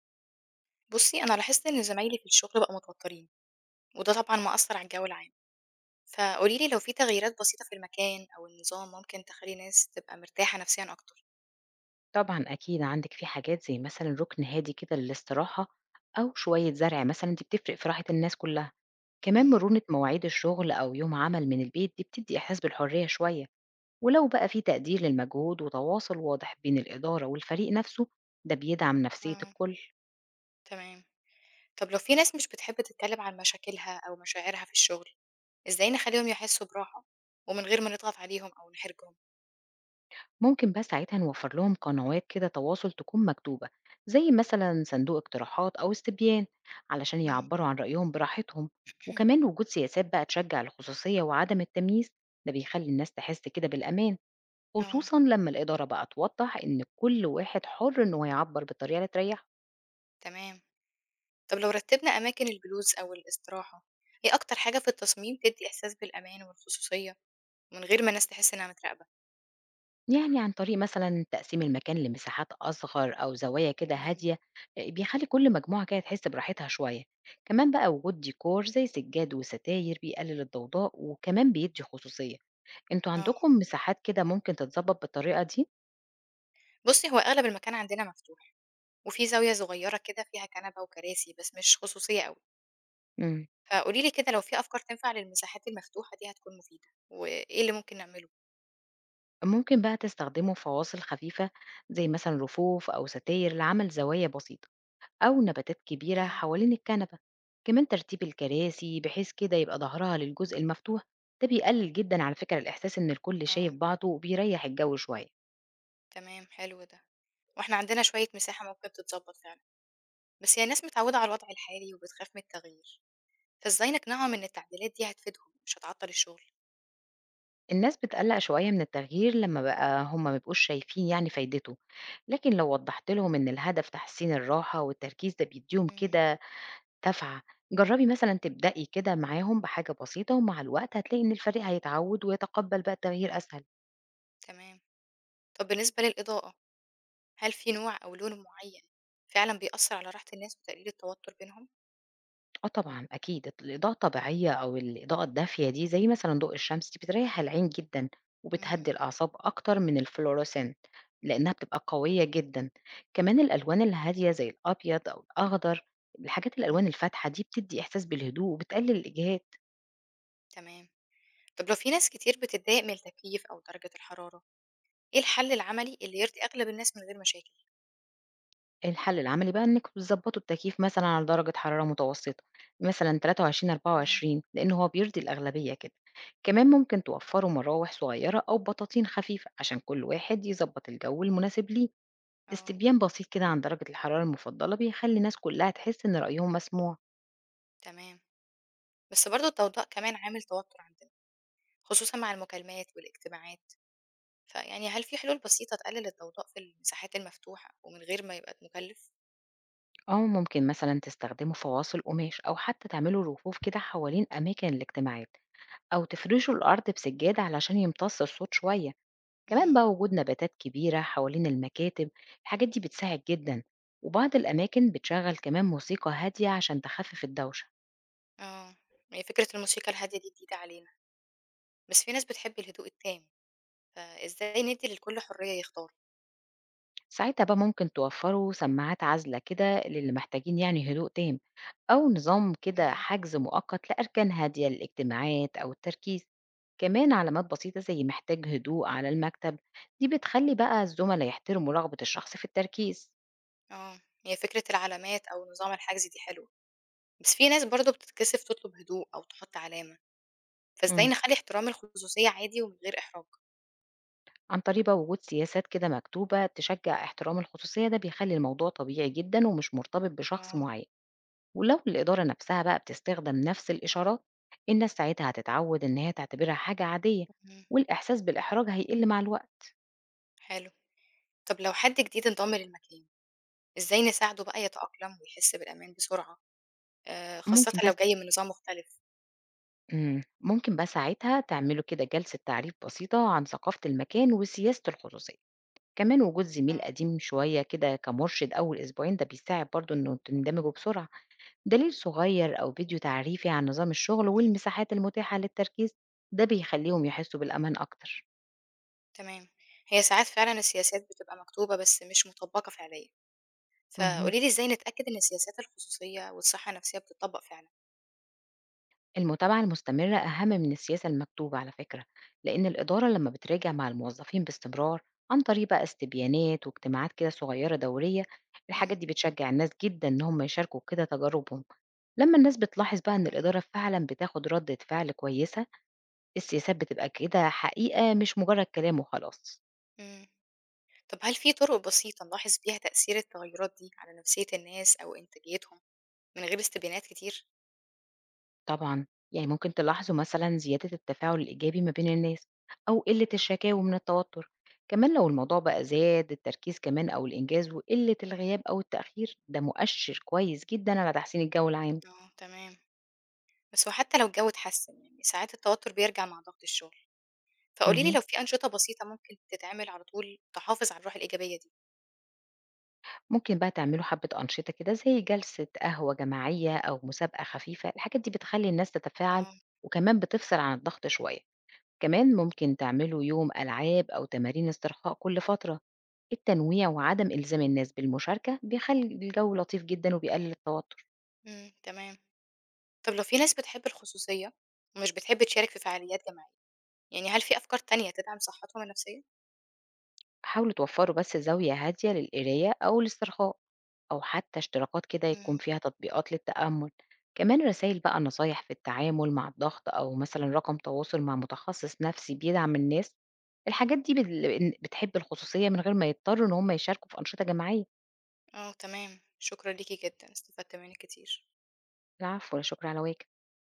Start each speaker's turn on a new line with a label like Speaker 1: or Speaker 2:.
Speaker 1: بُصّي، أنا لاحظت إن زمايلي في الشغل بقوا متوترين، وده طبعًا مأثّر على الجو العام، فقولي لي لو في تغييرات بسيطة في المكان أو النظام ممكن تخلّي ناس تبقى مرتاحة نفسيًا أكتر.
Speaker 2: طبعًا أكيد عندِك في حاجات زي مثلًا رُكن هادي كده للاستراحة، أو شوية زرع مثلًا دي بتفرق في راحة الناس كلّها،
Speaker 1: إمم،
Speaker 2: كمان مرونة مواعيد الشغل أو يوم عمل من البيت دي بتدّي إحساس بالحرية شوية، ولو بقى في تقدير للمجهود وتواصل واضح بين الإدارة والفريق نفسه، ده بيدعم نفسية
Speaker 1: إمم،
Speaker 2: الكل.
Speaker 1: تمام. طب لو في ناس مش بتحب تتكلم عن مشاكلها أو مشاعرها في الشغل، إزاي نخلّيهم يحسّوا براحة ومن غير ما نضغط عليهم أو نحرجهم؟
Speaker 2: ممكن بقى ساعتها نوفر لهم قنوات كده تواصل تكون مكتوبة زي مثلا صندوق اقتراحات أو استبيان علشان
Speaker 1: إمم،
Speaker 2: يعبروا عن رأيهم براحتهم. وكمان وجود سياسات بقى تشجع الخصوصية وعدم التمييز ده بيخلي الناس تحس كده بالأمان،
Speaker 1: آه،
Speaker 2: خصوصا لما الإدارة بقى توضح إن كل واحد حر إن هو يعبر بالطريقة اللي تريحه.
Speaker 1: تمام. طب لو رتّبنا أماكن الجلوس أو الاستراحة، إيه أكتر حاجة في التصميم تدّي إحساس بالأمان والخصوصية من غير ما الناس تحس إنها متراقبة؟
Speaker 2: يعني عن طريق مثلًا تقسيم المكان لمساحات أصغر أو زوايا كده
Speaker 1: إمم،
Speaker 2: هادية، بيخلّي كل مجموعة كده تحس براحتها شوية، كمان بقى وجود ديكور زي سجاد وستاير بيقلل الضوضاء وكمان بيدّي خصوصية، أنتم
Speaker 1: آه.
Speaker 2: عندكم مساحات كده ممكن تتضبط بالطريقة دي؟
Speaker 1: بُصّي، هو أغلب المكان عندنا مفتوح، وفي زاوية صغيّرة كده فيها كنبة وكراسي، بس مش خصوصية أوي،
Speaker 2: إمم،
Speaker 1: فقولي لي كده لو في أفكار تنفع للمساحات المفتوحة دي هتكون مفيدة، وإيه اللي ممكن نعمله؟
Speaker 2: ممكن بقى تستخدموا فواصل خفيفة زي مثلًا رفوف أو ستاير لعمل زوايا بسيطة. أو نباتات كبيرة
Speaker 1: إمم،
Speaker 2: حوالين الكنبة. كمان ترتيب الكراسي بحيث كده يبقى ظهرها للجزء المفتوح، ده بيقلل جدا على فكرة الإحساس إن الكل شايف
Speaker 1: آه،
Speaker 2: بعضه وبيريح الجو شوية.
Speaker 1: تمام، حلو ده، وإحنا عندنا شوية مساحة ممكن تتضبّط فعلًا، بس هي الناس متعوّدة على الوضع الحالي وبتخاف من التغيير، فإزاي نقنعهم إن التعديلات دي هتفيدهم مش هتعطّل الشغل؟
Speaker 2: الناس بتقلق شوية من التغيير لما بقى هم مبقوش شايفين يعني فايدته، لكن لو وضحت لهم إن الهدف تحسين الراحة والتركيز ده بيديهم
Speaker 1: إمم،
Speaker 2: كده دفعة. جربي مثلا تبدأي كده معاهم بحاجة بسيطة ومع الوقت هتلاقي إن الفريق هيتعود ويتقبل بقى التغيير أسهل.
Speaker 1: تمام. طب بالنسبة للإضاءة، هل في نوع أو لون معيّن فعلًا بيأثّر على راحة الناس وتقليل التوتر بينهم؟
Speaker 2: آه طبعًا أكيد، الإضاءة الطبيعية أو الإضاءة الدافية دي زي مثلًا ضوء الشمس دي بتريّح العين جدًا،
Speaker 1: إمم،
Speaker 2: وبتهدّي الأعصاب أكتر من الfluorescent لإنها بتبقى قوية جدًا، كمان الألوان الهادية زي الأبيض أو الأخضر، الحاجات الألوان
Speaker 1: إمم،
Speaker 2: الفاتحة دي بتدّي إحساس بالهدوء وبتقلل الإجهاد.
Speaker 1: تمام. طب لو في ناس كتير بتتضايق من التكييف أو درجة الحرارة، إيه الحل العملي اللي يرضي أغلب الناس من غير مشاكل؟
Speaker 2: الحل العملي بقى إنِّك بتضبّطوا التكييف مثلًا على درجة حرارة متوسطة، مثلًا 23،
Speaker 1: إمم،
Speaker 2: 24 لإن هو بيرضي الأغلبية كده. كمان ممكن توفّروا مراوح صغيرة أو بطاطين خفيفة عشان كل واحد يضبّط الجو المناسب ليه.
Speaker 1: آه،
Speaker 2: استبيان بسيط كده عن درجة الحرارة المفضلة بيخلّي الناس كلّها تحس إن رأيهم مسموع.
Speaker 1: تمام. بس برضه الضوضاء كمان عامل توتر عندنا، خصوصًا مع المكالمات والاجتماعات، فيعني هل في حلول بسيطة تقلل الضوضاء في المساحات المفتوحة ومن غير ما يبقى مكلف؟
Speaker 2: أو ممكن مثلًا تستخدموا فواصل قماش أو حتى تعملوا رفوف كده حوالين أماكن الاجتماعات أو تفرشوا الأرض بسجادة علشان يمتص الصوت شوية.
Speaker 1: إمم،
Speaker 2: كمان بقى وجود نباتات كبيرة حوالين المكاتب، الحاجات دي بتساعد جدا. وبعض الأماكن بتشغل كمان موسيقى هادية عشان تخفف الدوشة.
Speaker 1: آه، هي فكرة الموسيقى الهادية دي جديدة علينا، بس في ناس بتحب الهدوء التام، فإزاي ندي للكل حرية يختار؟
Speaker 2: ساعتها بقى ممكن توفروا سماعات عازلة كده للي محتاجين يعني هدوء تام، أو نظام كده
Speaker 1: إمم،
Speaker 2: حجز مؤقت لأركان هادية للاجتماعات أو التركيز. كمان علامات بسيطة زي محتاج هدوء على المكتب دي بتخلي بقى الزملاء يحترموا رغبة الشخص في التركيز.
Speaker 1: آه، هي فكرة العلامات أو نظام الحجز دي حلوة. بس في ناس برضه بتتكسف تطلب هدوء أو تحط علامة، فإزاي نخلّي احترام الخصوصية عادي ومن غير إحراج؟
Speaker 2: عن طريق بقى وجود سياسات كده مكتوبة تشجع احترام الخصوصية ده بيخلي الموضوع طبيعي جدا ومش مرتبط بشخص
Speaker 1: آه،
Speaker 2: معين. ولو الإدارة نفسها بقى بتستخدم نفس الإشارات، الناس ساعتها هتتعود إن هي تعتبرها حاجة عادية،
Speaker 1: إمم،
Speaker 2: والإحساس بالإحراج هيقل مع الوقت.
Speaker 1: حلو. طب لو حد جديد انضم للمكان، إزاي نساعده بقى يتأقلم ويحس بالأمان بسرعة، خاصةً
Speaker 2: ممكن
Speaker 1: لو
Speaker 2: بس
Speaker 1: جاي من نظام مختلف؟
Speaker 2: مم. ممكن بقى ساعتها تعملوا كده جلسة تعريف بسيطة عن ثقافة المكان وسياسة الخصوصية. كمان وجود زميل
Speaker 1: آه،
Speaker 2: قديم شوية كده كمرشد أول أسبوعين ده بيساعد برضو إنه تندمجوا بسرعة. دليل صغير أو فيديو تعريفي عن نظام الشغل
Speaker 1: إمم،
Speaker 2: والمساحات المتاحة للتركيز ده بيخليهم يحسوا بالأمان أكتر.
Speaker 1: تمام. هي ساعات فعلًا السياسات بتبقى مكتوبة بس مش مطبّقة فعليًا،
Speaker 2: مهم.
Speaker 1: فقولي لي إزاي نتأكد إن سياسات الخصوصية والصحة النفسية بتطبّق فعلًا؟
Speaker 2: المتابعة المستمرة أهم من السياسة المكتوبة على فكرة، لأن الإدارة لما بتراجع مع الموظفين باستمرار عن طريق بقى استبيانات واجتماعات كده صغيرة دورية،
Speaker 1: إمم،
Speaker 2: الحاجات دي بتشجع الناس جدا إن هم يشاركوا كده تجاربهم. لما الناس بتلاحظ بقى إن
Speaker 1: إمم،
Speaker 2: الإدارة فعلا بتاخد ردة فعل كويسة، السياسات بتبقى كده حقيقة مش مجرد كلام وخلاص.
Speaker 1: إمم. طب هل في طرق بسيطة نلاحظ بيها تأثير التغيرات دي على نفسية الناس أو إنتاجيتهم؟ من غير استبيانات كتير؟
Speaker 2: طبعًا، يعني ممكن تلاحظوا مثلًا زيادة التفاعل الإيجابي ما بين الناس أو قلة
Speaker 1: إمم،
Speaker 2: الشكاوى من التوتر، كمان لو الموضوع بقى زاد التركيز كمان أو الإنجاز وقلة الغياب أو التأخير ده مؤشر كويس جدًا على تحسين الجو العام.
Speaker 1: آه، تمام. بس هو حتى لو الجو اتحسن يعني ساعات التوتر بيرجع مع ضغط الشغل، فقولي لي
Speaker 2: اهم.
Speaker 1: لو في أنشطة بسيطة ممكن تتعمل على طول تحافظ على الروح الإيجابية دي؟
Speaker 2: ممكن بقى تعملوا حبة أنشطة كده زي جلسة قهوة جماعية أو مسابقة خفيفة، الحاجات دي بتخلي الناس تتفاعل
Speaker 1: آه،
Speaker 2: وكمان بتفصل عن الضغط شوية. كمان ممكن تعملوا يوم ألعاب أو تمارين استرخاء كل فترة. التنويع وعدم إلزام الناس بالمشاركة بيخلي الجو لطيف جدا وبيقلل التوتر.
Speaker 1: إمم، تمام. طب لو في ناس بتحب الخصوصية ومش بتحب تشارك في فعاليات جماعية، يعني هل في أفكار تانية تدعم صحتهم النفسية؟
Speaker 2: حاولوا توفروا بس زاوية هادية للقراية أو الاسترخاء، أو حتى اشتراكات كده يكون
Speaker 1: إمم،
Speaker 2: فيها تطبيقات للتأمل. كمان رسائل بقى نصايح في التعامل مع الضغط أو مثلا رقم تواصل مع متخصص نفسي بيدعم الناس. الحاجات دي بتحب الخصوصية من غير ما يضطروا إن هم يشاركوا في أنشطة جماعية.
Speaker 1: آه، تمام. شكرًا ليكِ جدًا، استفدت منِّك كتير.
Speaker 2: العفو ولا شكر على واجب.